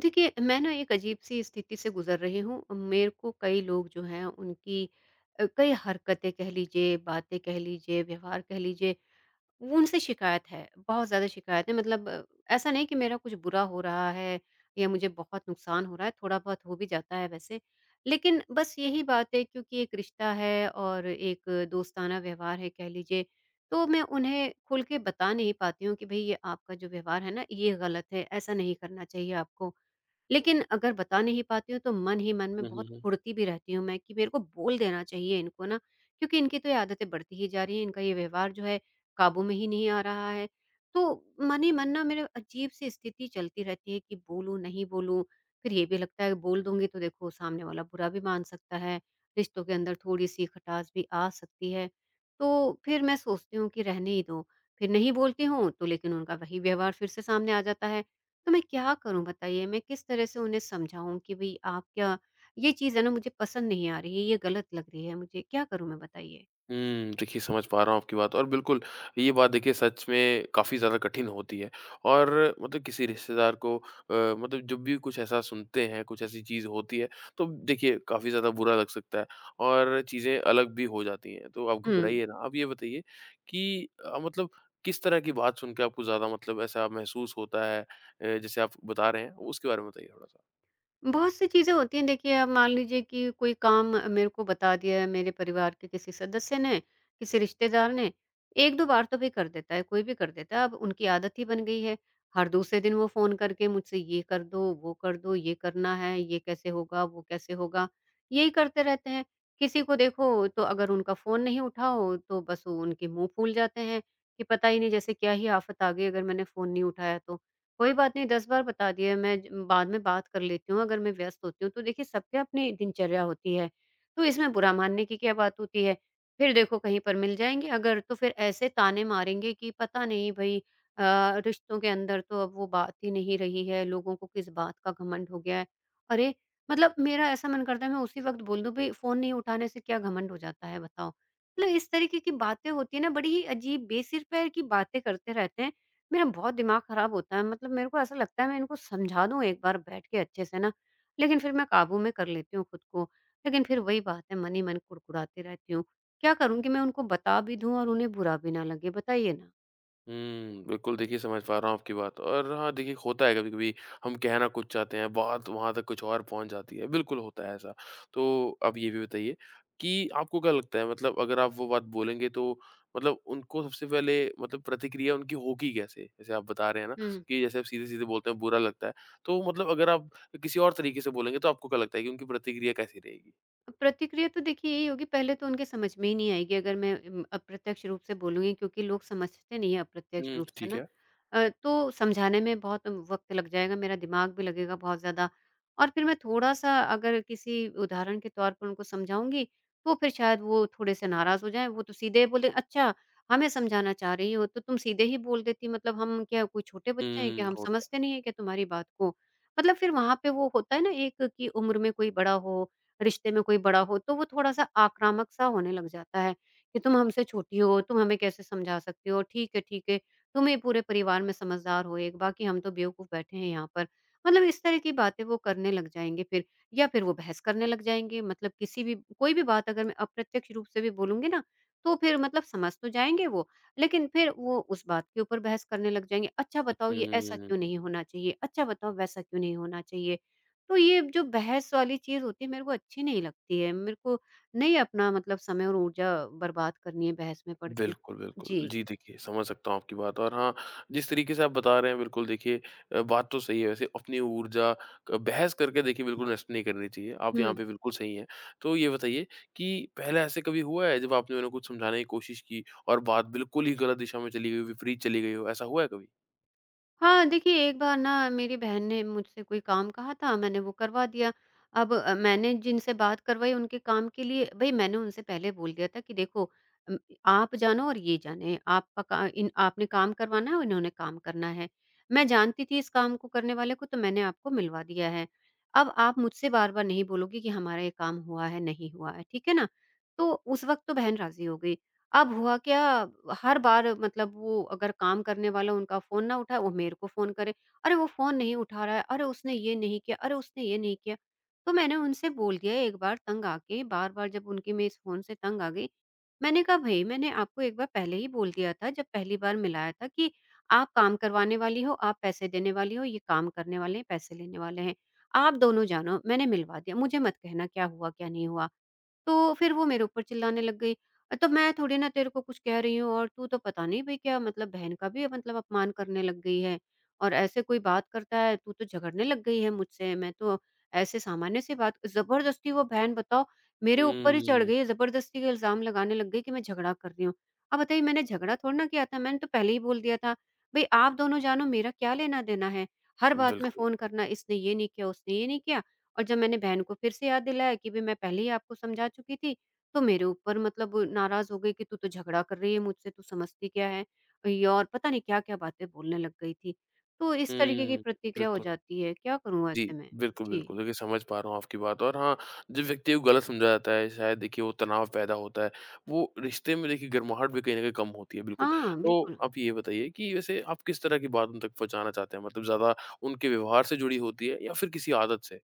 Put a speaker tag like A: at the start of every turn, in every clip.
A: देखिए, मैं ना एक अजीब-सी स्थिति से गुज़र रही हूँ। मेरे को कई लोग जो हैं उनकी कई हरकतें कह लीजिए, बातें कह लीजिए, व्यवहार कह लीजिए, वो उनसे शिकायत है, बहुत ज़्यादा शिकायत है। मतलब ऐसा नहीं कि मेरा कुछ बुरा हो रहा है या मुझे बहुत नुकसान हो रहा है, थोड़ा-बहुत हो भी जाता है वैसे। लेकिन बस यही बात है, क्योंकि एक रिश्ता है और एक दोस्ताना व्यवहार है कह लीजिए, तो मैं उन्हें खुल के बता नहीं पाती हूँ कि भई ये आपका जो व्यवहार है ना, ये गलत है, ऐसा नहीं करना चाहिए आपको। लेकिन अगर बता नहीं पाती हूँ, तो मन ही मन में
B: हुँ, हुँ,
A: बहुत
B: हुँ।
A: कुढ़ती भी रहती हूँ मैं कि मेरे को बोल देना चाहिए इनको ना, क्योंकि इनकी तो ये आदतें बढ़ती ही जा रही हैं, इनका ये व्यवहार जो है काबू में ही नहीं आ रहा है। तो मन ही मन ना मेरे अजीब सी स्थिति चलती रहती है कि बोलूँ नहीं बोलूँ। फिर ये भी लगता है, बोल दूंगी तो देखो सामने वाला बुरा भी मान सकता है, रिश्तों के अंदर थोड़ी सी खटास भी आ सकती है। तो फिर मैं सोचती हूँ कि रहने ही दो। फिर नहीं बोलती हूँ, तो लेकिन उनका वही व्यवहार फिर से सामने आ जाता है। तो मैं क्या करूँ बताइए? मैं किस तरह से उन्हें समझाऊँ कि भई आप क्या, ये चीज़ है ना मुझे पसंद नहीं आ रही है, ये गलत लग रही है मुझे, क्या करूँ मैं बताइए?
B: हुँ, देखिए समझ पा रहा हूँ आपकी बात। और बिल्कुल, ये बात देखिए सच में काफ़ी ज़्यादा कठिन होती है। और मतलब किसी रिश्तेदार को मतलब जब भी कुछ ऐसा सुनते हैं, कुछ ऐसी चीज़ होती है, तो देखिए काफ़ी ज़्यादा बुरा लग सकता है। और चीज़ें अलग भी हो जाती हैं, तो आप
A: हुँ।
B: घबराइए ना। आप ये बताइए कि मतलब किस तरह की बात सुन के आपको ज़्यादा मतलब ऐसा महसूस होता है, जैसे आप बता रहे हैं, उसके बारे में बताइए थोड़ा-सा?
A: बहुत सी चीज़ें होती हैं देखिए। अब मान लीजिए कि कोई काम मेरे को बता दिया है मेरे परिवार के किसी सदस्य ने, किसी रिश्तेदार ने, 1-2 बार तो भी कर देता है, कोई भी कर देता है, अब उनकी आदत ही बन गई है। हर दूसरे दिन वो फ़ोन करके मुझसे ये कर दो, वो कर दो, ये करना है, ये कैसे होगा, वो कैसे होगा, यही करते रहते हैं। किसी को देखो तो अगर उनका फ़ोन नहीं उठाओ, तो बस वो उनके मुँह फूल जाते हैं कि पता ही नहीं जैसे क्या ही आफ़त आ गई अगर मैंने फ़ोन नहीं उठाया तो। कोई बात नहीं, 10 बार बता दिया मैं ज बाद में बात कर लेती हूँ अगर मैं व्यस्त होती हूँ। तो देखिए सबकी अपनी दिनचर्या होती है, तो इसमें बुरा मानने की क्या बात होती है। फिर देखो कहीं पर मिल जाएँगे अगर, तो फिर ऐसे ताने मारेंगे कि पता नहीं भई रिश्तों के अंदर तो अब वो बात ही नहीं रही है, लोगों को किस बात का घमंड हो गया है। अरे! मतलब मेरा ऐसा मन करता है मैं उसी वक़्त बोल दूँ, भई फ़ोन नहीं उठाने से क्या घमंड हो जाता है बताओ? मतलब इस तरीके की बातें होती है ना, बड़ी ही अजीब बेसिर पैर की बातें करते रहते हैं। मेरा बहुत दिमाग खराब होता है, मतलब मेरे को ऐसा लगता है मैं इनको समझा दूँ एक बार बैठ के अच्छे से ना, लेकिन फिर मैं काबू में कर लेती हूँ खुद को। लेकिन फिर वही बात है, मन ही मन कुड़कुड़ाती रहती हूँ। क्या करूँ कि मैं उनको बता भी दूँ और उन्हें बुरा भी ना लगे? बताइए ना।
B: हुँ, बिल्कुल देखिए समझ पा रहा हूँ आपकी बात। और हाँ, देखिए होता है कभी-कभी, हम कहना कुछ चाहते हैं, बात वहाँ तक कुछ और पहुँच जाती है। बिल्कुल होता है ऐसा। तो अब ये भी बताइए कि आपको क्या लगता है, मतलब अगर आप वो बात बोलेंगे, तो मतलब उनको सबसे पहले मतलब प्रतिक्रिया उनकी होगी कैसे? जैसे आप बता रहे हैं ना,
A: हुँ।
B: कि जैसे आप सीधे-सीधे बोलते हैं बुरा लगता है, तो मतलब अगर आप किसी और तरीके से बोलेंगे, तो आपको क्या लगता है कि उनकी प्रतिक्रिया कैसी रहेगी?
A: प्रतिक्रिया तो देखिए यही होगी, पहले तो उनके समझ में ही नहीं आएगी अगर मैं अप्रत्यक्ष रूप से बोलूँगी, क्योंकि लोग समझते नहीं हैं अप्रत्यक्ष
B: हुँ,
A: रूप से
B: ठीक
A: ना।
B: है।
A: तो समझाने में बहुत वक़्त लग जाएगा, मेरा दिमाग भी लगेगा बहुत ज़्यादा। और फिर मैं थोड़ा-सा अगर किसी उदाहरण के तौर पर उनको समझाऊँगी, तो फिर शायद वो थोड़े से नाराज़ हो जाएँ। वो तो सीधे बोले, "अच्छा, हमें समझाना चाह रही हो तो तुम सीधे ही बोल देती, मतलब हम क्या कोई छोटे बच्चे हैं
B: हुँ,
A: क्या? हम
B: होता
A: समझते नहीं हैं क्या तुम्हारी बात को?" मतलब फिर वहाँ पे वो होता है ना एक, कि उम्र में कोई बड़ा हो, रिश्ते में कोई बड़ा हो, तो वो थोड़ा-सा आक्रामक सा होने लग जाता है कि तुम हमसे छोटी हो, तुम हमें कैसे समझा सकती हो? ठीक है, तुम ही पूरे परिवार में समझदार हो एक, बाकी हम तो बेवकूफ़ बैठे हैं यहाँ पर। मतलब इस तरह की बातें वो करने लग जाएँगे फिर, या फिर वो बहस करने लग जाएँगे। मतलब किसी भी कोई भी बात अगर मैं अप्रत्यक्ष रूप से भी बोलूँगी ना, तो फिर मतलब समझ तो जाएँगे वो, लेकिन फिर वो उस बात के ऊपर बहस करने लग जाएँगे। अच्छा
B: है।
A: बताओ ये ऐसा क्यों नहीं
B: हुँ।
A: होना चाहिए? अच्छा बताओ वैसा क्यों नहीं होना चाहिए? तो ये जो बहस वाली चीज़ होती है मेरे को अच्छी नहीं लगती है। मेरे को नहीं अपना मतलब समय और ऊर्जा बर्बाद करनी है बहस में पड़ के।
B: बिल्कुल, बिल्कुल।
A: जी।
B: जी, देखिए समझ सकता हूँ आपकी बात। और हाँ, जिस तरीके से आप बता रहे हैं, बिल्कुल देखिए, बात तो सही है वैसे। अपनी ऊर्जा क बहस करके देखिए बिल्कुल नष्ट नहीं करनी चाहिए। आप
A: हुँ।
B: यहाँ पे बिल्कुल सही हैं। तो ये बताइए कि पहले ऐसे कभी हुआ है, जब आपने उन्हें कुछ समझाने की कोशिश की, और बात बिल्कुल ही गलत दिशा में चली गई हो, विपरीत चली गई हो? ऐसा हुआ है कभी?
A: हाँ, देखिए एक बार ना मेरी बहन ने मुझसे कोई काम कहा था, मैंने वो करवा दिया। अब मैंने जिनसे बात करवाई उनके काम के लिए, भई मैंने उनसे पहले बोल दिया था कि देखो अम, आप जानो और ये जाने, आपका का इन आपने काम करवाना है और इन्होंने काम करना है। मैं जानती थी इस काम को करने वाले को, तो मैंने आपको मिलवा दिया है। अब आप मुझसे बार-बार नहीं बोलोगे कि हमारा ये काम हुआ है, नहीं हुआ है, ठीक है ना? तो उस वक़्त तो बहन राज़ी हो गई। अब हुआ क्या, हर बार मतलब वो अगर काम करने वाला उनका फ़ोन ना उठाए वो मेरे को फ़ोन करे, "अरे! वो फ़ोन नहीं उठा रहा है, अरे! उसने ये नहीं किया, अरे! उसने ये नहीं किया।" तो मैंने उनसे बोल दिया एक बार तंग आके, बार-बार जब उनकी मैं इस फ़ोन से तंग आ गई, मैंने कहा, "भई मैंने आपको एक बार पहले ही बोल दिया था जब पहली बार मिलाया था कि आप काम करवाने वाली हो, आप पैसे देने वाली हो, ये काम करने वाले हैं, पैसे लेने वाले हैं। आप दोनों जानो, मैंने मिलवा दिया, मुझे मत कहना क्या हुआ, क्या नहीं हुआ।" तो फिर वो मेरे ऊपर चिल्लाने लग गई, "तो मैं थोड़ी ना तेरे को कुछ कह रही हूँ, और तू तो पता नहीं भई क्या, मतलब बहन का भी मतलब अपमान करने लग गई है, और ऐसे कोई बात करता है, तू तो झगड़ने लग गई है मुझसे, मैं तो ऐसे सामान्य सी बात।" ज़बरदस्ती वो बहन बताओ मेरे ऊपर ही चढ़
B: हुँ,
A: गई है, ज़बरदस्ती के इल्ज़ाम लगाने लग गई कि मैं झगड़ा कर रही हूँ। अब बताइए मैंने झगड़ा थोड़ी ना किया था, मैंने तो पहले ही बोल दिया था, "भई आप दोनों जानो, मेरा क्या लेना-देना है? हर बात में
B: बिल्कुल।
A: फ़ोन करना, इसने ये नहीं किया, उसने ये नहीं किया।" और जब मैंने बहन को फिर से याद दिलाया कि भई मैं पहले ही आपको समझा चुकी थी, तो मेरे ऊपर मतलब नाराज़ हो गई कि तू तो झगड़ा कर रही है मुझसे, तू समझती क्या है? ये और पता नहीं क्या-क्या बातें बोलने लग गई थी। तो इस तरीके की
B: हुँ,
A: प्रतिक्रिया हो
B: बिल्कुल।
A: जाती है, क्या करूँ
B: जी,
A: ऐसे में?
B: बिल्कुल,
A: जी।
B: बिल्कुल। देखिए समझ पा रहा हूँ आपकी बात। और हाँ, जब व्यक्ति को गलत समझा जाता है, शायद देखिए वो तनाव पैदा होता है। वो रिश्ते में देखिए गर्माहट भी कहीं न कहीं कम होती है, बिल्कुल।
A: हाँ,
B: तो
A: बिल्कुल।
B: आप ये बताइए कि वैसे आप किस तरह की बात उन तक पहुँचाना चाहते हैं? मतलब ज़्यादा उनके व्यवहार से जुड़ी होती है, या फिर किसी आदत से?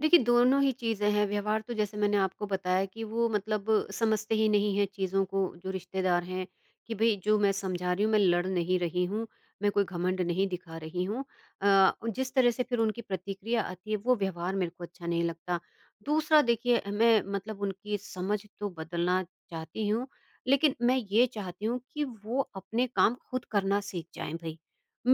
A: देखिए, दोनों ही चीज़ें हैं। व्यवहार तो जैसे मैंने आपको बताया कि वो मतलब समझते ही नहीं हैं चीज़ों को जो रिश्तेदार हैं, कि भई जो मैं समझा रही हूँ, मैं लड़ नहीं रही हूँ, मैं कोई घमंड नहीं दिखा रही हूँ। जिस तरह से फिर उनकी प्रतिक्रिया आती है, वो व्यवहार मेरे को अच्छा नहीं लगता। दूसरा देखिए, मैं मतलब उनकी समझ तो बदलना चाहती हूँ, लेकिन मैं ये चाहती हूँ कि वो अपने काम खुद करना सीख जाएँ भई।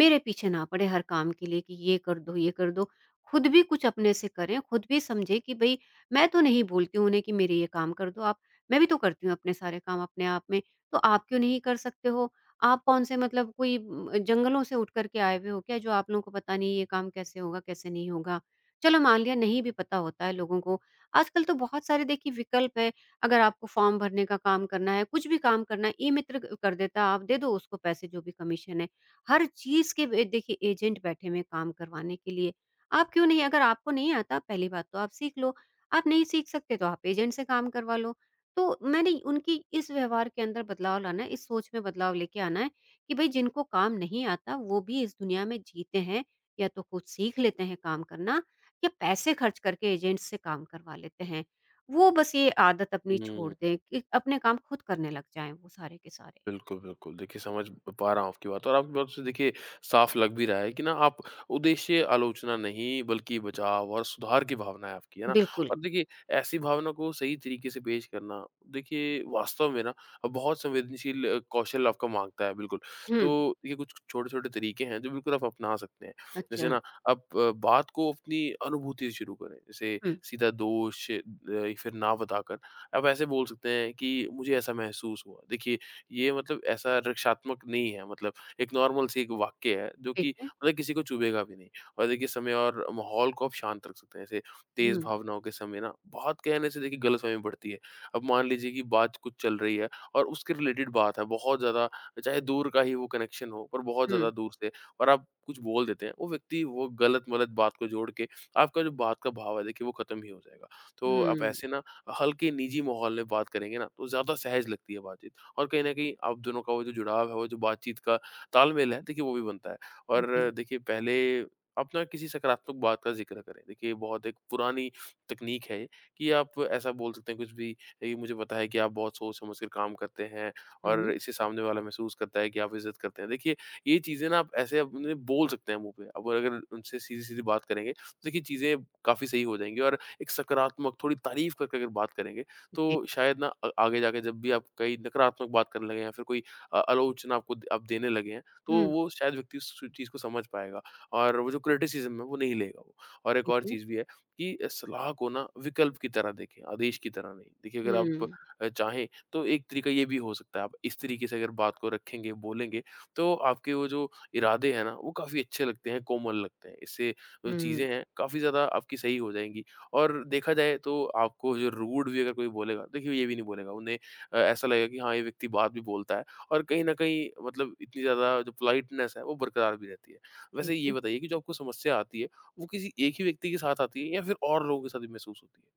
A: मेरे पीछे ना पड़े हर काम के लिए कि ये कर दो, ये कर दो। खुद भी कुछ अपने से करें, खुद भी समझें कि भई मैं तो नहीं बोलती हूँ उन्हें कि मेरे ये काम कर दो आप, मैं भी तो करती हूँ अपने सारे काम अपने आप में, तो आप क्यों नहीं कर सकते हो? आप कौन-से मतलब कोई जंगलों से उठ कर के आए हुए हो क्या, जो आप लोगों को पता नहीं ये काम कैसे होगा, कैसे नहीं होगा? चलो मान लिया नहीं भी पता होता है लोगों को, आजकल तो बहुत सारे देखिए विकल्प हैं। अगर आपको फॉर्म भरने का काम करना है, कुछ भी काम करना है, ई-मित्र क कर देता है, आप दे दो उसको पैसे जो भी कमीशन है। हर चीज़ के वे देखिए एजेंट बैठे हुए हैं काम करवाने के लिए। आप क्यों नहीं, अगर आपको नहीं आता पहली बात तो आप सीख लो, आप नहीं सीख सकते तो आप एजेंट से काम करवा लो। तो मैंने उनकी इस व्यवहार के अंदर बदलाव लाना है, इस सोच में बदलाव लेके आना है कि भई जिनको काम नहीं आता वो भी इस दुनिया में जीते हैं, या तो खुद सीख लेते हैं काम करना या पैसे खर्च करके एजेंट से काम करवा लेते हैं। वो बस ये आदत अपनी छोड़
B: हुँ।
A: दें कि अपने काम खुद करने लग जाएँ वो सारे के सारे।
B: बिल्कुल, बिल्कुल। देखिए समझ पा रहा हूँ आपकी बात। और आपकी बातों से देखिए साफ लग भी रहा है कि ना, आप उद्देश्य आलोचना नहीं, बल्कि बचाव और सुधार की भावना है आपकी, है ना?
A: बिल्कुल।
B: और देखिए ऐसी भावना को सही तरीके से पेश करना, देखिए वास्तव में ना बहुत संवेदनशील कौशल आपका माँगता है, बिल्कुल।
A: हुँ,
B: तो ये कुछ छोटे-छोटे तरीके हैं जो बिल्कुल आप अपना सकते हैं। जैसे
A: अच्छा।
B: ना, आप बात को अपनी अनुभूति से शुरू करें। जैसे
A: हुँ,
B: सीधा दोष फिर ना बताकर, आप ऐसे बोल सकते हैं कि मुझे ऐसा महसूस हुआ। देखिए ये मतलब ऐसा रक्षात्मक नहीं है, मतलब एक नॉर्मल सी एक वाक्य है जो
A: ठीक
B: कि
A: है।
B: मतलब किसी को चुभेगा भी नहीं। और देखिए समय और माहौल को आप शांत रख सकते हैं। ऐसे तेज़
A: हुँ,
B: भावनाओं के समय ना बहुत कहने से देखिए गलतफ़हमी बढ़ती है। अब मान लीजिए कि बात कुछ चल रही है, और उसके रिलेटेड बात है बहुत ज़्यादा, चाहे दूर का ही वो कनेक्शन हो, पर बहुत ज़्यादा
A: हुँ,
B: दूर से, और आप कुछ बोल देते हैं, वो व्यक्ति वो गलत-मलत बात को जोड़ के आपका जो बात का भाव है, देखिए वो ख़त्म ही हो जाएगा। तो आप
A: हुँ,
B: ऐसे ना हल्के निजी माहौल में बात करेंगे ना, तो ज़्यादा सहज लगती है बातचीत। और कहीं न कहीं आप दोनों का वो जो जुड़ाव है, वो जो बातचीत का तालमेल है, देखिए वो भी बनता है। और
A: जी।
B: देखिए पहले आप ना किसी सकारात्मक बात का ज़िक्र करें। देखिए बहुत एक पुरानी तकनीक है ये, कि आप ऐसा बोल सकते हैं कुछ भी, ये मुझे पता है कि आप बहुत सोच-समझ कर काम करते हैं, और
A: हुँ,
B: इससे सामने वाला महसूस करता है कि आप इज़्ज़त करते हैं। देखिए ये चीज़ें ना आप ऐसे अपने बोल सकते हैं मुँह पे। अब अगर उनसे सीधी-सीधी बात करेंगे, तो देखिए चीज़ें काफ़ी सही हो जाएँगी, और एक सकारात्मक थोड़ी तारीफ़ करके अगर बात करेंगे,
A: जी।
B: तो शायद ना आगे जाके जब भी आप कई नकारात्मक बात करने लगे, या फिर कोई आलोचना आपको आप देने लगे हैं, तो
A: हुँ,
B: वो शायद व्यक्ति उस चीज़ को समझ पाएगा, और वो जो क्रिटिसिज्म है वो नहीं लेगा वो। और एक और
A: ठीक है।
B: चीज़ भी है, कि सलाह को ना विकल्प की तरह देखें, आदेश की तरह नहीं। देखिए अगर आप
A: हुँ,
B: चाहें, तो एक तरीका ये भी हो सकता है। आप इस तरीके से अगर बात को रखेंगे, बोलेंगे, तो आपके वो जो इरादे हैं ना, वो काफ़ी अच्छे लगते हैं, कोमल लगते हैं। इससे जो चीज़ें
A: हुँ,
B: हैं काफ़ी ज़्यादा आपकी सही हो जाएंगी। और देखा जाए तो आपको जो रूड भी अगर कोई बोलेगा, देखिए ये भी नहीं बोलेगा। उन्हें ऐसा लगेगा कि हाँ, ये व्यक्ति बात भी बोलता है, और कहीं न कहीं मतलब इतनी ज़्यादा जो पोलाइटनेस है, वो बरकरार भी रहती है। वैसे
A: ठीक
B: ये
A: है।
B: बताइए कि जो आपको समस्या आती है, वो किसी एक ही व्यक्ति के साथ आती है, या फिर और लोगों के साथ भी महसूस होती है?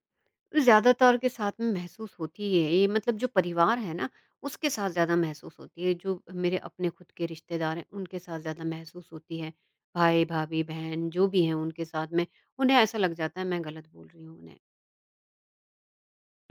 A: तो ज़्यादातर के साथ में महसूस होती है ये, मतलब जो परिवार है ना, उसके साथ ज़्यादा महसूस होती है, जो मेरे अपने खुद के रिश्तेदार हैं, उनके साथ ज़्यादा महसूस होती है। भाई, भाभी, बहन जो भी हैं उनके साथ में, उन्हें ऐसा लग जाता है मैं गलत बोल रही हूँ उन्हें।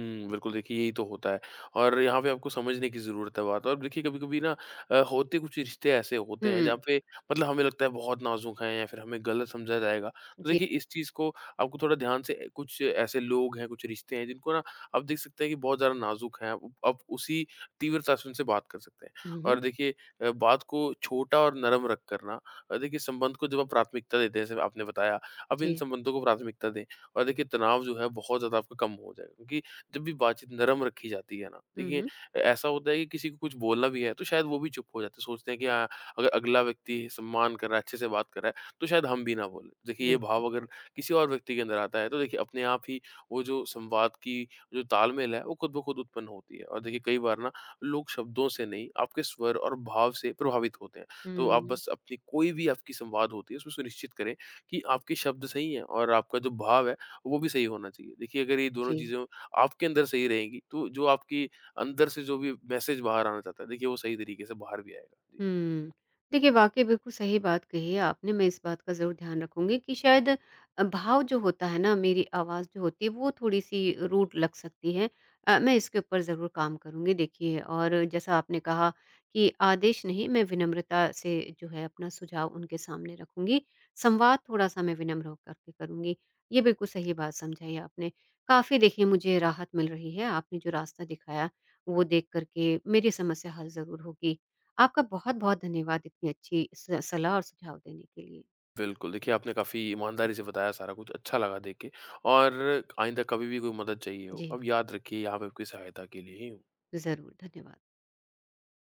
B: हुँ, बिल्कुल देखिए यही तो होता है। और यहाँ पे आपको समझने की ज़रूरत है बात। और देखिए कभी-कभी ना, होते कुछ रिश्ते ऐसे होते हैं, जहाँ
A: हुँ,
B: पे मतलब हमें लगता है बहुत नाज़ुक हैं, या फिर हमें गलत समझा जाएगा। तो
A: जी।
B: देखिए इस चीज़ को आपको थोड़ा ध्यान से, कुछ ऐसे लोग हैं, कुछ रिश्ते हैं जिनको ना आप देख सकते हैं कि बहुत ज़्यादा नाज़ुक हैं। आप उसी तीव्रता से उनसे बात कर सकते हैं।
A: हुँ, हुँ।
B: और देखिए बात को छोटा और नरम रख कर ना, देखिए संबंध को जब आप प्राथमिकता देते हैं, जैसे आपने बताया, आप इन
A: जी।
B: संबंधों को प्राथमिकता दें, और देखिए तनाव जो है बहुत ज़्यादा आपका कम हो जाएगा। क्योंकि जब भी बातचीत नरम रखी जाती है ना,
A: हुँ,
B: देखिए
A: हुँ,
B: ऐसा होता है कि किसी को कुछ बोलना भी है, तो शायद वो भी चुप हो जाते हैं, सोचते हैं कि हाँ, अगर अगला व्यक्ति सम्मान कर रहा है, अच्छे से बात कर रहा है, तो शायद हम भी ना बोलें। देखिए ये भाव
A: बिल्कुल।
B: अगर किसी और व्यक्ति के अंदर आता है, तो देखिए अपने आप ही वो जो संवाद की जो तालमेल है, वो खुद ब खुद उत्पन्न होती है। और देखिए कई बार ना, लोग शब्दों से नहीं, आपके स्वर और भाव से प्रभावित होते हैं। तो आप
A: हुँ,
B: बस अपनी कोई भी आपकी संवाद होती है, उसमें सुनिश्चित करें कि आपके शब्द सही हैं, और आपका जो भाव है वो भी सही होना चाहिए। देखिए अगर ये दोनों
A: जी।
B: चीज़ें आपके अंदर सही रहेंगी, तो जो आपकी अंदर से जो भी मैसेज बाहर आना चाहता है, देखिए वो सही तरीके से बाहर भी आएगा। जी।
A: हुँ। देखिए, वाक़ई बिल्कुल सही बात कही है आपने, मैं इस बात का ज़रूर ध्यान रखूँगी कि शायद भाव जो होता है ना, मेरी आवाज़ जो होती है, वो थोड़ी-सी रूड लग सकती है। मैं इसके ऊपर ज़रूर काम करूँगी देखिए, और जैसा आपने कहा कि आदेश नहीं, मैं विनम्रता से जो है अपना सुझाव उनके सामने रखूँगी। संवाद थोड़ा-सा मैं विनम्र होकर के करूँगी। ये बिल्कुल सही बात समझाई आपने। काफ़ी देखिए मुझे राहत मिल रही है, आपने जो रास्ता दिखाया, वो देख कर के मेरी समस्या हल ज़रूर होगी। आपका बहुत-बहुत धन्यवाद इतनी अच्छी स सलाह और सुझाव देने के लिए।
B: बिल्कुल, देखिए आपने काफ़ी ईमानदारी से बताया सारा कुछ, अच्छा लगा देख के। और आइंदा कभी भी कोई मदद चाहिए हो,
A: जी,
B: अब याद रखिए यहाँ पे आपकी सहायता के लिए ही हूँ।
A: ज़रूर, धन्यवाद।